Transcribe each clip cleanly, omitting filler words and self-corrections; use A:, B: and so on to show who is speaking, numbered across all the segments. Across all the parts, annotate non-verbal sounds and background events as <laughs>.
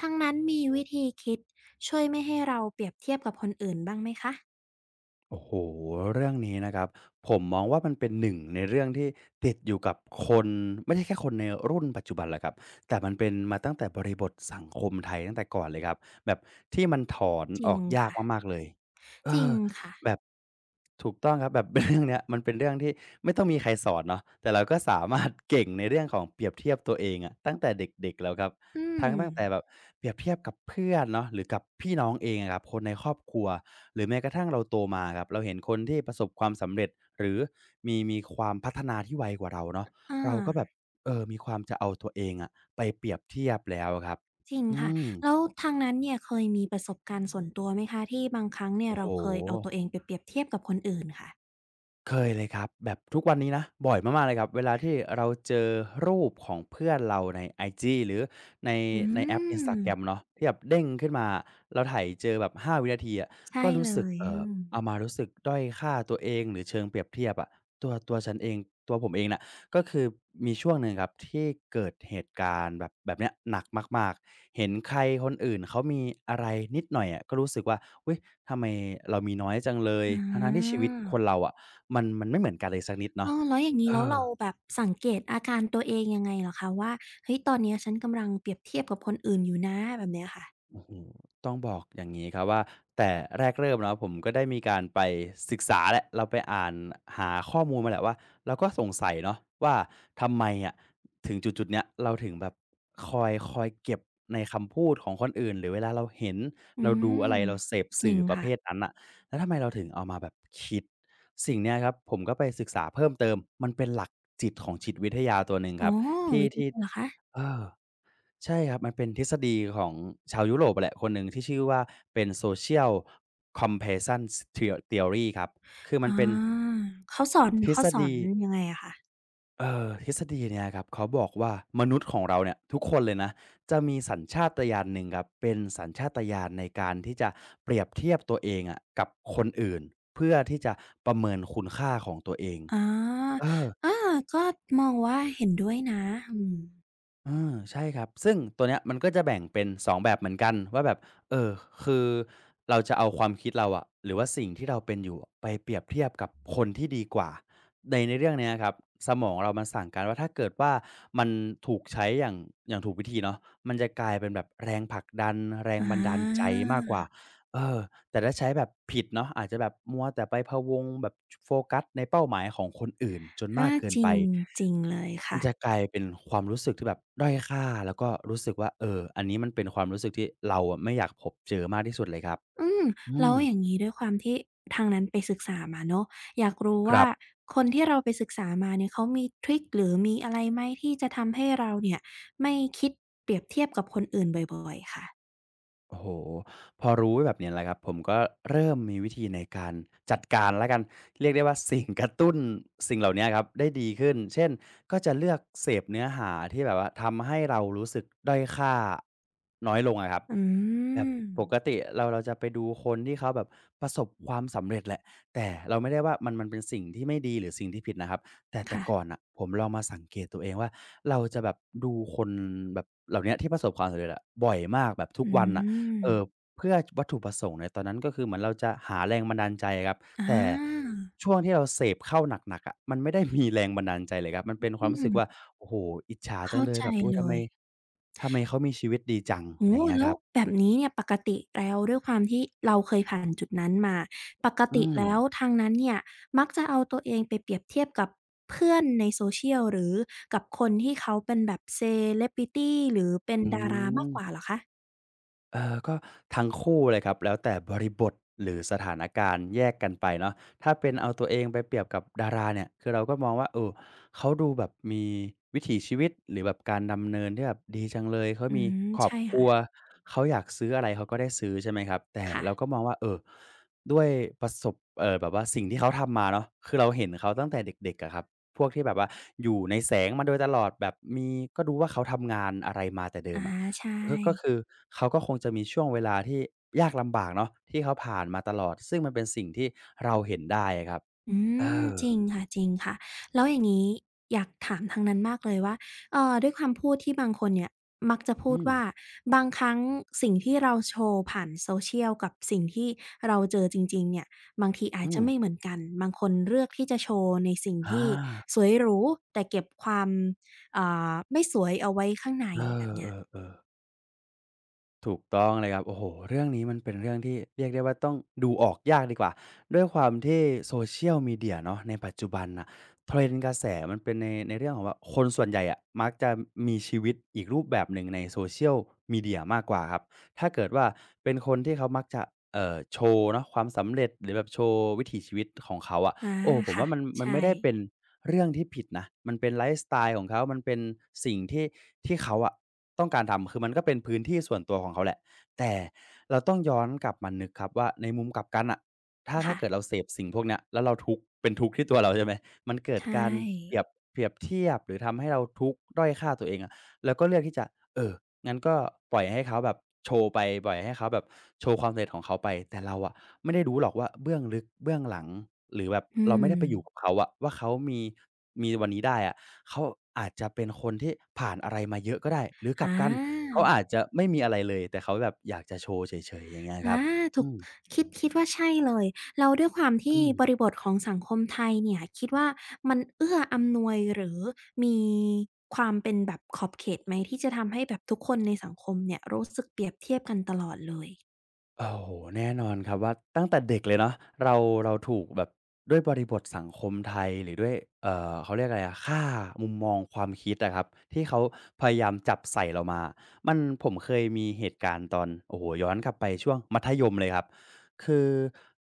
A: ทั้งนั้นมีวิธีคิดช่วยไม่ให้เราเปรียบเทียบกับคนอื่นบ้างไหมคะ
B: โอ้โฮเรื่องนี้นะครับผมมองว่ามันเป็นหนึ่งในเรื่องที่ติดอยู่กับคนไม่ใช่แค่คนในรุ่นปัจจุบันแหละครับแต่มันเป็นมาตั้งแต่บริบทสังคมไทยตั้งแต่ก่อนเลยครับแบบที่มันถอน
A: จริ
B: ออ
A: ง
B: กยาก
A: ค่ะ
B: มากๆเลยเอ
A: จริ
B: อ
A: งค่ะ
B: แบบถูกต้องครับแบบ <laughs> เรื่องเนี้ยมันเป็นเรื่องที่ไม่ต้องมีใครสอนเนาะแต่เราก็สามารถเก่งในเรื่องของเปรียบเทียบตัวเองอะตั้งแต่เด็กๆแล้วครับ
A: อืม
B: ทั้งตั้งแต่แบบเปรียบเทียบกับเพื่อนเนาะหรือกับพี่น้องเองอะครับคนในครอบครัวหรือแม้กระทั่งเราโตมาครับเราเห็นคนที่ประสบความสำเร็จหรือมีความพัฒนาที่ไวกว่าเราเนาะ
A: อา
B: เราก็แบบมีความจะเอาตัวเองอะไปเปรียบเทียบแล้วครับ
A: จริง
B: อื
A: ค่ะ
B: ม
A: แล้วทางนั้นเนี่ยเคยมีประสบการณ์ส่วนตัวไหมคะที่บางครั้งเนี่ย
B: โอ้โฮ
A: เราเคยเอาตัวเองไปเปรียบเทียบกับคนอื่นค่ะ
B: เคยเลยครับแบบทุกวันนี้นะบ่อยมากๆเลยครับเวลาที่เราเจอรูปของเพื่อนเราในไอจีหรือใน
A: อื
B: ในแอป Instagram
A: ม
B: เนาะที่แบบเด้งขึ้นมาเราไถเจอแบบ5วินาทีอะ
A: ใช่
B: ก็รู้
A: เล
B: สึก
A: ยอืม
B: เอามารู้สึกด้อยค่าตัวเองหรือเชิงเปรียบเทียบอะตัวฉันเองตัวผมเองน่ะก็คือมีช่วงหนึ่งครับที่เกิดเหตุการณ์แบบเนี้ยหนักมากๆเห็นใครคนอื่นเขามีอะไรนิดหน่อยอะก็รู้สึกว่าอุ๊ยทำไมเรามีน้อยจังเลย
A: อ๋
B: ทั้งๆที่ชี
A: อ
B: วิตคนเราอะ มันไม่เหมือนกันเลยสักนิดเนาะ
A: อ้อแล้วอย่างงี้
B: เอ
A: แล้ว
B: อ
A: เราแบบสังเกตอาการตัวเองยังไงเหรอคะว่าเฮ้ยตอนเนี้ยฉันกำลังเปรียบเทียบกับคนอื่นอยู่นะแบบเนี้ยค่ะ
B: โอ้โฮต้องบอกอย่างงี้ครับว่าแต่แรกเริ่มเนาะผมก็ได้มีการไปศึกษาแหละเราไปอ่านหาข้อมูลมาแหละว่าเราก็สงสัยเนาะว่าทำไมอะถึงจุดๆเนี้ยเราถึงแบบคอยเก็บในคำพูดของคนอื่นหรือเวลาเราเห็น
A: อื
B: เราดูอะ
A: ม
B: ไรเราเสพ
A: จริ
B: สื่อ
A: ง
B: ประเภ
A: ค่ะ
B: ทนั้นน่ะแล้วทำไมเราถึงเอามาแบบคิดสิ่งเนี้ยครับผมก็ไปศึกษาเพิ่มเติมมันเป็นหลักจิตของจิตวิทยาตัวหนึ่ง
A: อ๋
B: ค
A: อ
B: รับที่
A: ยัง
B: ที่
A: ไงเหรอคะ
B: เออ ใช่ครับมันเป็นทฤษฎีของชาวยุโรปแหละคนหนึ่งที่ชื่อว่าเป็น Social Compression Theory ครับคือมัน
A: อา
B: เป็น
A: เขาสอน
B: ทฤ
A: เขา
B: ษ
A: สอน
B: ฎี
A: ยังไงอะคะ
B: ทฤษฎีเนี่ยครับเขาบอกว่ามนุษย์ของเราเนี่ยทุกคนเลยนะจะมีสัญชาตญาณหนึ่งครับเป็นสัญชาตญาณในการที่จะเปรียบเทียบตัวเองอะกับคนอื่นเพื่อที่จะประเมินคุณค่าของตัวเอง
A: อา
B: เออ
A: อาก็มองว่าเห็นด้วยนะอืม
B: อาใช่ครับซึ่งตัวเนี้ยมันก็จะแบ่งเป็น2แบบเหมือนกันว่าแบบเอ่อคือเราจะเอาความคิดเราอะหรือว่าสิ่งที่เราเป็นอยู่อะไปเปรียบเทียบกับคนที่ดีกว่าในเรื่องเนี้ยครับสมองเรามันสั่งการว่าถ้าเกิดว่ามันถูกใช้อย่างถูกวิธีเนาะมันจะกลายเป็นแบบแรงผลักดันแรง
A: อ
B: บันดาลใจ
A: า
B: มากกว่าเออ แต่ถ้าใช้แบบผิดเนาะอาจจะแบบมัวแต่ไปพะวงแบบโฟกัสในเป้าหมายของคนอื่นจนมา
A: อา
B: กเกิน
A: จริ
B: ไป
A: งจริงเลย
B: มัน
A: ค่ะ
B: จะกลายเป็นความรู้สึกที่แบบด้อยค่าแล้วก็รู้สึกว่าเอออันนี้มันเป็นความรู้สึกที่เราอะไม่อยากพบเจอมากที่สุดเลยครับ
A: อืม
B: อื
A: แล้ว
B: ม
A: อย่างงี้ด้วยความที่ทางนั้นไปศึกษามาเนาะอยากรู้
B: ค
A: ว่า
B: รับ
A: คนที่เราไปศึกษามาเนี่ยเขามีทริกหรือมีอะไรไหมที่จะทำให้เราเนี่ยไม่คิดเปรียบเทียบกับคนอื่นบ่อยๆค่ะ
B: โอ้โหพอรู้แบบเนี้ยแหละครับผมก็เริ่มมีวิธีในการจัดการแล้วกันเรียกได้ว่าสิ่งกระตุ้นสิ่งเหล่าเนี้ยครับได้ดีขึ้นเช่นก็จะเลือกเสพเนื้อหาที่แบบว่าทำให้เรารู้สึกด้อยค่าน้อยลงอะครับ
A: อื
B: แบบ
A: ม
B: ปกติเราจะไปดูคนที่เขาแบบประสบความสำเร็จแหละแต่เราไม่ได้ว่ามันเป็นสิ่งที่ไม่ดีหรือสิ่งที่ผิดนะครับแต่ก่อน
A: ค่ะ
B: อ่ะผมลองมาสังเกตตัวเองว่าเราจะแบบดูคนแบบเหล่าเนี้ยที่ประสบความสำเร็จอะบ่อยมากแบบทุก
A: อื
B: วันอ่ะ
A: ม
B: เอ่อเพื่อวัตถุประสงค์ในตอนนั้นก็คือเหมือนเราจะหาแรงบันดาลใจครับ
A: อ
B: แต่
A: า
B: ช่วงที่เราเสพเข้าหนักๆอะมันไม่ได้มีแรงบันดาลใจเลยครับมันเป็นค
A: อื
B: วามรู้สึกว่า
A: ม
B: โอ้โฮอิจฉาจัง
A: เข้า
B: เลย
A: ใจ
B: แบบโอ๊ย
A: เล
B: ทำไม
A: ย
B: ทำไมเขามีชีวิตดีจัง
A: โอ้
B: อ
A: โฮ
B: ย่างเงี้ยค
A: แล้ว
B: รับ
A: แบบนี้เนี่ยปกติแล้วด้วยความที่เราเคยผ่านจุดนั้นมาปก
B: อื
A: ติ
B: ม
A: แล้วทางนั้นเนี่ยมักจะเอาตัวเองไปเปรียบเทียบกับเพื่อนใน social หรือกับคนที่เขาเป็นแบบเซเลบริตีหรือเป็น
B: อื
A: ดารามากกว่าเห
B: ม
A: รอคะ
B: เออก็ทั้งคู่เลยครับแล้วแต่บริบทหรือสถานการณ์แยกกันไปเนาะถ้าเป็นเอาตัวเองไปเปรียบกับดาราเนี่ยคือเราก็มองว่าเออเขาดูแบบมีวิถีชีวิตหรือแบบการดำเนินที่แบบดีจังเลยเขา
A: อื
B: มี
A: ม
B: ครอบ
A: ใช่
B: ครั
A: ค่ะ
B: วเขาอยากซื้ออะไรเขาก็ได้ซื้อใช่ไหมครับแต่
A: ค่ะ
B: เราก็มองว่าเออด้วยประสบเออแบบว่าสิ่งที่เขาทำมาเนาะคือเราเห็นเขาตั้งแต่เด็กๆอะครับพวกที่แบบว่าอยู่ในแสงมาโดยตลอดแบบมีก็ดู้ว่าเขาทำงานอะไรมาแต่เดิ
A: อา
B: มอะ
A: ใช่
B: ก็คือเขาก็คงจะมีช่วงเวลาที่ยากลำบากเนาะที่เขาผ่านมาตลอดซึ่งมันเป็นสิ่งที่เราเห็นได้อะครับ
A: อื
B: เอ
A: ม
B: อ
A: จริงค่ะจริงค่ะแล้วอย่างนี้อยากถามทางนั้นมากเลยว่าด้วยความพูดที่บางคนเนี่ยมักจะพู
B: อื
A: ด
B: ม
A: ว่าบางครั้งสิ่งที่เราโชว์ผ่าน social กับสิ่งที่เราเจอจริงๆเนี่ยบางทีอาจ
B: อื
A: จะ
B: ม
A: ไม่เหมือนกันบางคนเลือกที่จะโชว์ในสิ่ง
B: อา
A: ที่สวยหรูแต่เก็บความอ่าไม่สวยเอาไว้ข้างใน
B: เออ
A: แบบ
B: เอ
A: เนี้ย
B: อๆ ถูกต้องเลยครับโอ้โหเรื่องนี้มันเป็นเรื่องที่เรียกได้ว่าต้องดูออกยากดีกว่าด้วยความที่ Social Media เชียลมีเดียเนาะในปัจจุบันนะเทรนด์กระแสมันเป็นในเรื่องของว่าคนส่วนใหญ่อะมักจะมีชีวิตอีกรูปแบบหนึ่งในโซเชียลมีเดียมากกว่าครับถ้าเกิดว่าเป็นคนที่เขามักจะโชว์เนาะความสำเร็จหรือแบบโชว์วิถีชีวิตของเขาอะ
A: อา
B: โอ้ผม
A: ค่ะ
B: ว่ามัน
A: ใช่
B: ไม่ได้เป็นเรื่องที่ผิดนะมันเป็นไลฟ์สไตล์ของเขามันเป็นสิ่งที่ที่เขาอะ ต้องการทำคือมันก็เป็นพื้นที่ส่วนตัวของเขาแหละแต่เราต้องย้อนกลับมานึกครับว่าในมุมกลับกันน่ะถ้าเกิด
A: ค่ะ
B: เราเสพสิ่งพวกเนี้ยแล้วเราทุกข์เป็นทุกข์ที่ตัวเราใช่ไหมมันเกิด
A: ใช
B: การเปรี
A: ่
B: ยบเปรียบเทียบหรือทำให้เราทุกข์ด้อยค่าตัวเองอะเราก็เลือกที่จะ เอองั้นก็ปล่อยให้เขาแบบโชว์ไปปล่อยให้เขาแบบโชว์ความสำเร็จของเขาไปแต่เราอะไม่ได้รู้หรอกว่าเบื้องลึกเบื้องหลังหรือแบบ
A: อื
B: เราไม่
A: ม
B: ได้ไปอยู่กับเขาอะว่าเขามีมีวันนี้ได้อะเขาอาจจะเป็นคนที่ผ่านอะไรมาเยอะก็ได้หรือกลับ
A: อา
B: กันเขาอาจจะไม่มีอะไรเลยแต่เขาแบบอยากจะโชว์เฉยๆอย่างเงี้ยครั
A: อา
B: บ
A: ถู
B: อื
A: ก
B: ม
A: คิดคิดว่าใช่เลยแล้วด้วยความที่
B: อืม
A: บริบทของสังคมไทยเนี่ยคิดว่ามันเอื้ออำนวยหรือมีความเป็นแบบขอบเขตไหมที่จะทำให้แบบทุกคนในสังคมเนี่ยรู้สึกเปรียบเทียบกันตลอดเลย
B: โอ้โหแน่นอนครับว่าตั้งแต่เด็กเลยเนาะเราเราถูกแบบด้วยบริบทสังคมไทยหรือด้วยเขาเรียกอะไรอะค่ามุมมองความคิดอะครับที่เขาพยายามจับใส่เรามามันผมเคยมีเหตุการณ์ตอนโอ้โหย้อนกลับไปช่วงมัธยมเลยครับคือ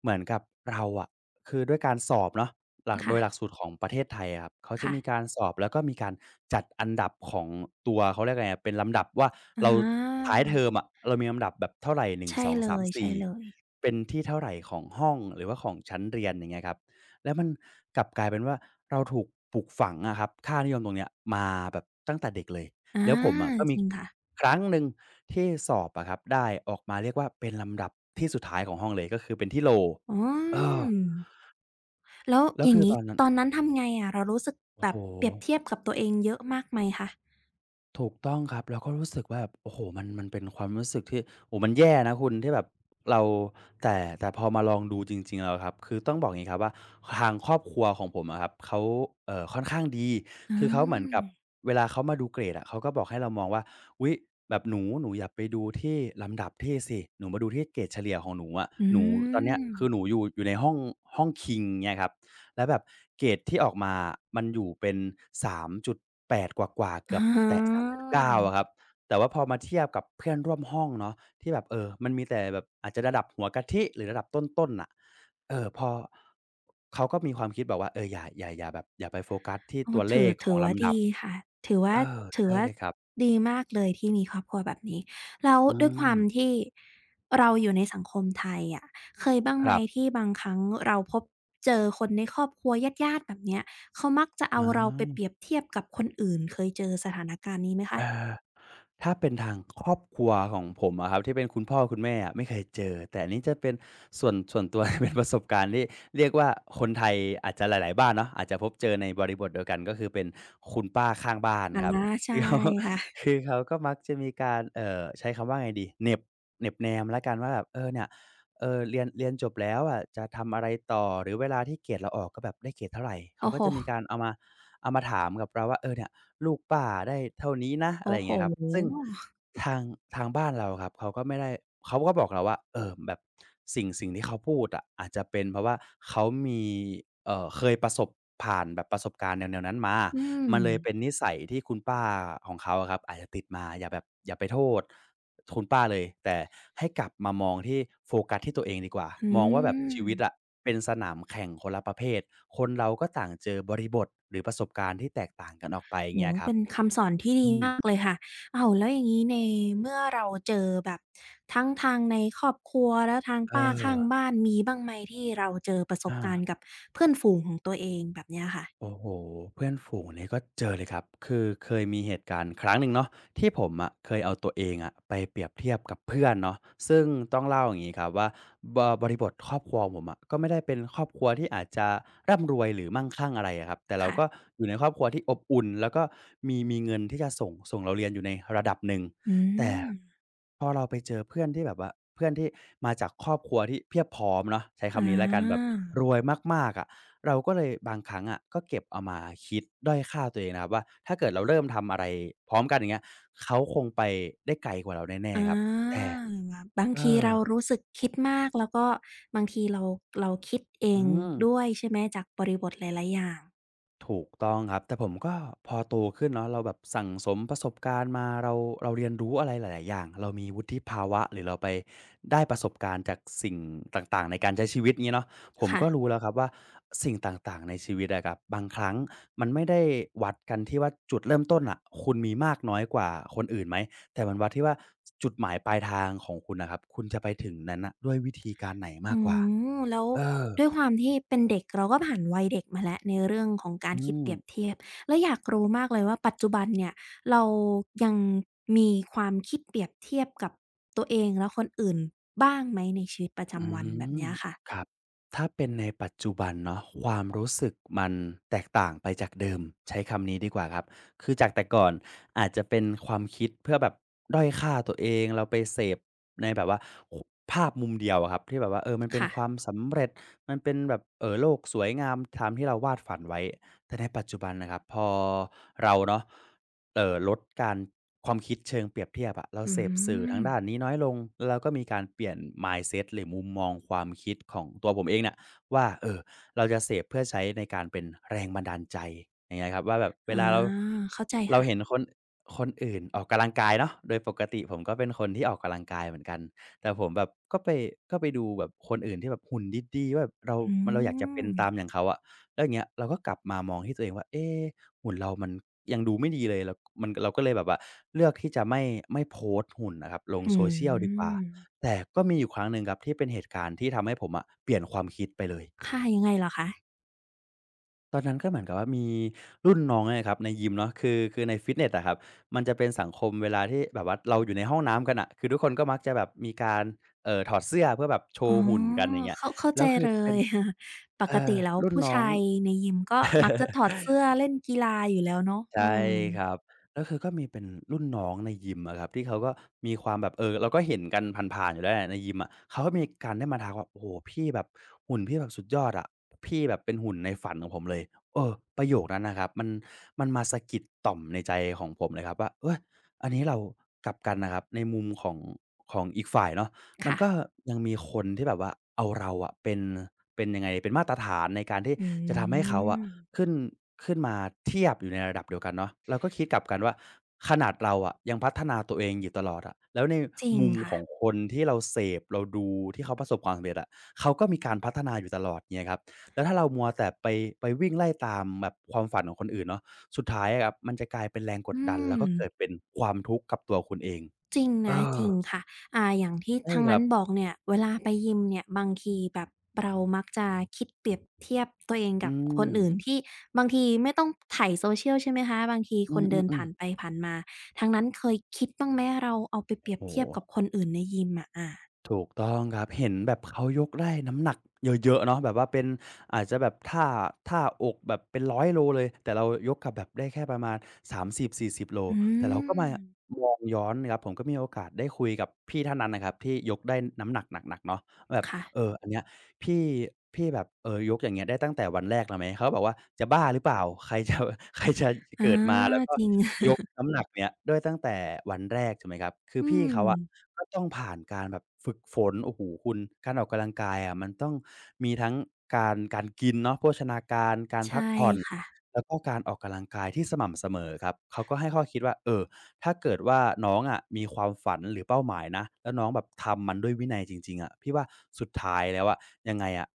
B: เหมือนกับเราอะคือด้วยการสอบเนาะ หลักโด
A: ค่ะ
B: ยหลักสูตรของประเทศไทยอะครับเขาจะ
A: ค่ะ
B: มีการสอบแล้วก็มีการจัดอันดับของตัวเขาเรียกไรอะเป็นลำดับว่า
A: อ
B: เรา
A: า
B: ท้ายเทอมอะเรามีลำดับแบบเท่าไรหนึ่ง
A: ใช่
B: สอง
A: เ
B: สามสี่
A: ลยๆ
B: เป็นที่เท่าไรของห้องหรือว่าของชั้นเรียนอย่างเงี้ยครับแล้วมันกลับกลายเป็นว่าเราถูกปลูกฝังอะครับค่านิยมตรงเนี้ยมาแบบตั้งแต่เด็กเลย
A: อา
B: แล้วผมอะก็
A: จ
B: มี
A: ริงค่ะ
B: ครั้งหนึ่งที่สอบอะครับได้ออกมาเรียกว่าเป็นลำดับที่สุดท้ายของห้องเลยก็คือเป็นที่โล w
A: อื
B: เออ
A: มแล้ว
B: แล้
A: อ
B: ว
A: ย่า
B: คื
A: ง
B: อต
A: งี้
B: อนนั้น
A: ตอนนั้นทำไงอะเรารู้สึก
B: โอ้
A: แบ
B: โฮ
A: บเปรียบเทียบกับตัวเองเยอะมากไหมคะ
B: ถูกต้องครับเราก็รู้สึกว่าแบบโอ้โฮมันมันเป็นความรู้สึกที่โอ้โฮมันแย่นะคุณที่แบบเราแต่พอมาลองดูจริงๆแล้วอะครับคือต้องบอกอย่างงี้ครับว่าทางครอบครัวของผมอะครับเขาค่อนข้างดี
A: อ
B: คือเขาเหมือนกับ
A: า
B: เวลาเขามาดูเกรดอะเขาก็บอกให้เรามองว่าอุ๊ยแบบหนูอย่าไปดูที่ลำดับที่สิหนูมาดูที่เกรดเฉลี่ยของหนูอะ
A: อื
B: หนูตอนเนี้ย
A: ม
B: คือหนูอยู่ในห้องห้องคิงเงี้ยครับ แล้วแบบเกรดที่ออกมามันอยู่เป็น3.8กว่าๆ
A: อ
B: เกือบแตะ
A: า
B: 3.9อะครับ แต่ว่าพอมาเทียบกับเพื่อนร่วมห้องเนาะที่แบบมันมีแต่แบบอาจจะระดับหัวกะทิหรือระดับต้นๆน่ะพอเขาก็มีความคิดแบบว่าเอออย่าอย่าอย่าแบบอย่าไปโฟกัสที่
A: โอ้
B: ตัวเล
A: ถือ
B: ขข
A: ถื
B: อง
A: อว่า
B: ลำดับ
A: ดีค่ะถือว่า
B: เออ
A: ถือ
B: ใช่
A: ว่า
B: เลยครับ
A: ดีมากเลยที่มีครอบครัวแบบนี้แล้ว
B: อื
A: ด้วยความ
B: ม
A: ที่เราอยู่ในสังคมไทยอะเคยบ้าง
B: ค
A: ไหม
B: รับ
A: ที่บางครั้งเราพบเจอคนในครอบครัวญาติๆแบบเนี้ยเขามักจะ
B: อ๋
A: เอาเราไปเป
B: อ
A: รียบเทียบกับคนอื่นเคยเจอสถานการณ์นี้ไหม
B: เอ
A: คะ
B: อ ถ้าเป็นทางครอบครัวของผมอะครับที่เป็นคุณพ่อคุณแม่อะไม่เคยเจอแต่อันนี้จะเป็นส่วนตัว <laughs> เป็นประสบการณ์ที่เรียกว่าคนไทยอาจจะหลายๆบ้านเนาะอาจจะพบเจอในบริบทเดียวกันก็คือเป็นคุณป้าข้างบ้าน
A: อา
B: ครับ
A: ใช่
B: <laughs> คือเขา
A: ค่ะ
B: <laughs> คือเขาก็มักจะมีการใช้คำว่าไงดีเหน็บแนมแล้วกันว่าแบบเออเนี่ยเออเรียนจบแล้วอะจะทำอะไรต่อหรือเวลาที่เกรดเราออกก็แบบได้เกรดเท่าไหรเขา
A: โอ้
B: ก็
A: โฮ
B: จะมีการเอามาถามกับเราว่าเออเนี่ย ลูกป้าได้เท่านี้นะอะ
A: โอ้
B: ไรอย่าง
A: โฮ
B: เงี้ยครับ ซึ่งทางทางบ้านเราครับเขาก็ไม่ได้เขาก็บอกเราว่าเออแบบสิ่งที่เขาพูดอะอาจจะเป็นเพราะว่าเขามีเคยประสบผ่านแบบประสบการณ์แนวๆนั้นมา
A: อืม
B: มันเลยเป็นนิสัยที่คุณป้าของเขาอะครับอาจจะติดมาอย่าไปโทษ คุณป้าเลยแต่ให้กลับมามองที่โฟกัสที่ตัวเองดีกว่า
A: อื
B: มองว่าแบบชีวิตอะ
A: ม
B: เป็นสนามแข่งคนละประเภทคนเราก็ต่างเจอบริบทหรือประสบการณ์ที่แตกต่างกันออกไปอย่าง
A: โอ้
B: เงี้ย
A: โฮ
B: ครับ
A: เป็นคำสอนที่ดี
B: อืม
A: มากเลยค่ะอ้าวแล้วอย่างงี้ในเมื่อเราเจอแบบทั้งทางในครอบครัวแล้วทาง
B: เอ
A: ป้าข้า
B: อ
A: งบ้านมีบ้างไหมที่เราเจอประสบ
B: อา
A: การณ์กับเพื่อนฝูงของตัวเองแบบเนี้ยค่ะ
B: โอ้โหเพื่อนฝูงนี่ก็เจอเลยครับคือเคยมีเหตุการณ์ครั้งหนึ่งเนาะที่ผมอะเคยเอาตัวเองอะไปเปรียบเทียบกับเพื่อนเนาะซึ่งต้องเล่าอย่างนี้ครับว่าบบริบทครอบครัวผมอะก็ไม่ได้เป็นครอบครัวที่อาจจะร่ำรวยหรือมั่งคั่งอะไรอะครับแต่เรา
A: ค่ะ
B: ก็อยู่ในครอบครัวที่อบอุ่นแล้วก็มีเงินที่จะส่งเราเรียนอยู่ในระดับหนึ่ง
A: อื
B: แต่
A: ม
B: พอเราไปเจอเพื่อนที่แบบว่าเพื่อนที่มาจากครอบครัวที่เพียบพร้อมเนาะใช้
A: อา
B: คำนี้แล้วกันแบบรวยมากๆอะ เราก็เลยบางครั้งอ่ะก็เก็บเอามาคิดด้อยค่าตัวเองนะครับว่าถ้าเกิดเราเริ่มทำอะไรพร้อมกันอย่างเงี้ยเขาคงไปได้ไกลกว่าเราแน่
A: อ
B: ๆครับ
A: า
B: แต่
A: แบบบาง
B: เอ
A: ที
B: อ
A: เรารู้สึกคิดมากแล้วก็บางทีเราเราคิดเอ
B: อื
A: งด้ว
B: ม
A: ยใช่ไหมจากบริบทหลายๆอย่าง
B: ถูกต้องครับแต่ผมก็พอโตขึ้นเนาะเราแบบสั่งสมประสบการณ์มาเราเรียนรู้อะไรหลายๆอย่างเรามีวุฒิภาวะหรือเราไปได้ประสบการณ์จากสิ่งต่างๆในการใช้ชีวิตงี้เนาะผมก็รู้
A: ค่ะ
B: แล้วครับว่าสิ่งต่างๆในชีวิตอะครับบางครั้งมันไม่ได้วัดกันที่ว่าจุดเริ่มต้นน่ะคุณมีมากน้อยกว่าคนอื่นไหมแต่มันวัดที่ว่าจุดหมายปลายทางของคุณน่ะครับคุณจะไปถึงนั้นน่ะด้วยวิธีการไหนมาก
A: อื
B: กว่า
A: มแล้ว
B: เออ
A: ด้วยความที่เป็นเด็กเราก็ผ่านวัยเด็กมาแล้วในเรื่องของการ
B: อื
A: คิด
B: ม
A: เปรียบเทียบแล้วอยากรู้มากเลยว่าปัจจุบันเนี่ยเรายังมีความคิดเปรียบเทียบกับตัวเองและคนอื่นบ้างไหมในชีวิตประ
B: อื
A: จำวันแบบ
B: ม
A: เนี้ยค่ะ
B: ครับถ้าเป็นในปัจจุบันเนาะความรู้สึกมันแตกต่างไปจากเดิมใช้คำนี้ดีกว่าครับคือจากแต่ก่อนอาจจะเป็นความคิดเพื่อแบบด้อยค่าตัวเองเราไปเสพในแบบว่าคภาพมุมเดียวอะครับที่แบบว่าเออมันเป็น
A: ค่ะ
B: ความสำเร็จมันเป็นแบบโลกสวยงามตามที่เราวาดฝันไว้แต่ในปัจจุบันน่ะครับพอเราเนาะ ลดการความคิดเชิงเปรียบเทียบอะเรา
A: อื
B: เสพสื่อทา
A: ม
B: งด้านนี้น้อยลงเราก็มีการเปลี่ยน mindset หรือมุมมองความคิดของตัวผมเองเนี่ยว่าเราจะเสพเพื่อใช้ในการเป็นแรงบันดาลใจอย่างเงี้ยครับว่าแบบเว
A: อา
B: ลาเรา
A: เข้าใจค่ะ
B: เห็นคนอื่นออกกำลังกายเนาะโดยปกติผมก็เป็นคนที่ออกกำลังกายเหมือนกันแต่ผมแบบก็ไปดูแบบคนอื่นที่แบบหุ่นดีๆว่าแบบเรา
A: อื
B: อยากจะเป็น
A: ม
B: ตามอย่างเขาอะแล้วอย่างเงี้ยเราก็กลับมามองที่ตัวเองว่าเอ๊ หุ่นเรามันยังดูไม่ดีเลยแล้วมันเราก็เลยแบบว่าเลือกที่จะไม่โพสต์หุ่นอะครับลง
A: อื
B: social ดีกว่า
A: ม
B: แต่ก็มีอยู่ครั้งหนึ่งครับที่เป็นเหตุการณ์ที่ทำให้ผมอะเปลี่ยนความคิดไปเลย
A: ค่ะยังไงเหรอคะ
B: ตอนนั้นก็เหมือนกับว่ามีรุ่นน้องเนี่ยครับในยิมเนาะคือในฟิตเนสอะครับมันจะเป็นสังคมเวลาที่แบบว่าเราอยู่ในห้องน้ำกันน่ะคือทุกคนก็มักจะแบบมีการถอดเสื้อเพื่อแบบโช
A: อ๋อ
B: ว์หุ่นกันอย่างเงี้ย
A: เข้าเข้า
B: แล้
A: ใจ
B: วคือ
A: เล
B: เป็น
A: ย <laughs> ป
B: เอ
A: ก
B: อ
A: ติแล้ว
B: รุ่น
A: ผู้
B: น้อง
A: ชายในยิมก็มักจะถอดเสื้อเล่นกีฬาอยู่แล้วเนาะอื
B: ใช่
A: อ
B: ครับแล้วคือก็มีเป็นรุ่นน้องในยิมอะครับที่เขาก็มีความแบบเราก็เห็นกันผ่านๆอยู่แล้วแหละในยิมอะเขาก็มีการได้มาทักว่าโอ้โฮพี่แบบหุ่นพี่แบบสุดยอดอะพี่แบบเป็นหุ่นในฝันของผมเลยเออประโยคนั้นนะครับมันมาสะกิดต่อมในใจของผมเลยครับว่าเฮ้ยอันนี้เรากลับกันนะครับในมุมของของอีกฝ่ายเนาะมัน
A: ค่ะ
B: ก็ยังมีคนที่แบบว่าเอาเราอะเป็นเป็นยังไงเป็นมาตรฐานในการที่
A: อื
B: จะทำให้เขาอะ
A: ม
B: ขึ้นมาเทียบอยู่ในระดับเดียวกันเนาะเราก็คิดกลับกันว่าขนาดเราอะยังพัฒนาตัวเองอยู่ตลอดอะแล้วใน
A: จริง
B: มุมข
A: ค่ะ
B: องคนที่เราเสพเราดูที่เขาประสบความสำเร็จอะเขาก็มีการพัฒนาอยู่ตลอดเงี้ยครับแล้วถ้าเรามัวแต่ไปวิ่งไล่ตามแบบความฝันของคนอื่นเนาะสุดท้ายอะครับมันจะกลายเป็นแรงกด
A: อื
B: ดันแล้
A: ม
B: วก็เกิดเป็นความทุกข์กับตัวคุณเอง
A: จริง
B: เอ
A: นะจ
B: อ
A: ริงค่ะอ่าอย่างที่
B: ใช่
A: ทาง
B: ครั
A: นั้น
B: บ
A: บอกเนี่ยเวลาไปยิมเนี่ยบางทีแบบเรามักจะคิดเปรียบเทียบตัวเอง
B: อื
A: กับค
B: ม
A: นอื่นที่บางทีไม่ต้องไถโซเชียลใช่ไหมคะบางที
B: อื
A: คนเดิน
B: อ
A: ผ่า
B: ๆ
A: นไป
B: ๆ
A: ผ่านมาทางนั้นเคยคิดบ้างไหมเราเอาไปเป
B: โอ้
A: รียบ
B: โฮ
A: เทียบกับคนอื่นในยิมอะ
B: ถูกต้องครับเห็นแบบเขายกได้น้ำหนักเยอะๆเนาะแบบว่าเป็นอาจจะแบบท่าอกแบบเป็น100โลเลยแต่เรายกกลับแบบได้แค่ประมาณ30-40โล
A: อื
B: แต่เราก็
A: ม
B: มามองย้อนนะครับผมก็มีโอกาสได้คุยกับพี่ท่านนั้นนะครับที่ยกได้น้ำหนักหนักๆเนาะแบบเอ
A: ค่ะ
B: ออันเนี้ยพี่พี่แบบยกอย่างเงี้ยได้ตั้งแต่วันแรกแล้วไหมเขาก็บอกว่าจะบ้าหรือเปล่าใครจะ <laughs> ใครจะ
A: อา
B: เกิดมาแล้วก็
A: จริง
B: ยก
A: <laughs>
B: น้ำหนักเนี่ยด้วยตั้งแต่วันแรกถูกไหมครับคือ
A: อื
B: พี่
A: ม
B: เขาอะก็ต้องผ่านการแบบฝึกฝนโอ้โฮคุณการออกกำลังกายอะมันต้องมีทั้งการกินเนาะโภชนาการการพั
A: ใช่
B: กผ่อน
A: ค่ะ
B: แล้วก็การออกกำลังกายที่สม่ำเสมอครับเขาก็ให้ข้อคิดว่าถ้าเกิดว่าน้องอะมีความฝันหรือเป้าหมายนะแล้วน้องแบบทำมันด้วยวินัยจริงๆอะพี่ว่าสุดท้ายแล้วอะยังไงอะ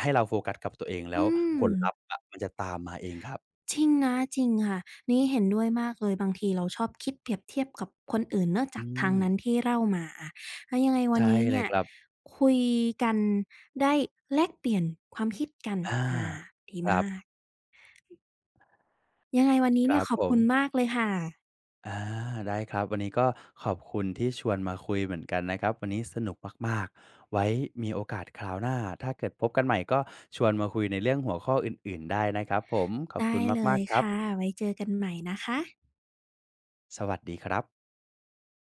B: ให้เราโฟกัสกับตัวเองแล้
A: อื
B: ว
A: ม
B: ผลลัพธ์อะมันจะตามมาเองครับ
A: จริงนะจริงค่ะ นี่เห็นด้วยมากเลย บางทีเราชอบคิดเปรียบเทียบกับคนอื่นเนอะ
B: อื
A: จากทาง
B: ม
A: นั้นที่เล่ามาอะแล้วยังไงวัน
B: ใช่
A: นี้
B: เล
A: เนี่
B: ย
A: ย
B: ครับ
A: คุยกันได้แลกเปลี่ยนความคิดกัน
B: อา
A: อาดี
B: ครับ
A: มาก ยังไงวันนี้
B: ค
A: เนี่
B: รั
A: ย
B: บ
A: ขอ
B: ผ
A: บ
B: ม
A: คุณมากเลยค่ะ
B: อาได้ครับวันนี้ก็ขอบคุณที่ชวนมาคุยเหมือนกันนะครับวันนี้สนุกมากๆไว้มีโอกาสคราวหน้าถ้าเกิดพบกันใหม่ก็ชวนมาคุยในเรื่องหัวข้ออื่นๆได้นะครับผมขอบ
A: ได้
B: คุณ
A: เล
B: มา
A: ย
B: กๆครั
A: ค่ะ
B: บ
A: ไว้เจอกันใหม่นะคะ
B: สวัสดีครับ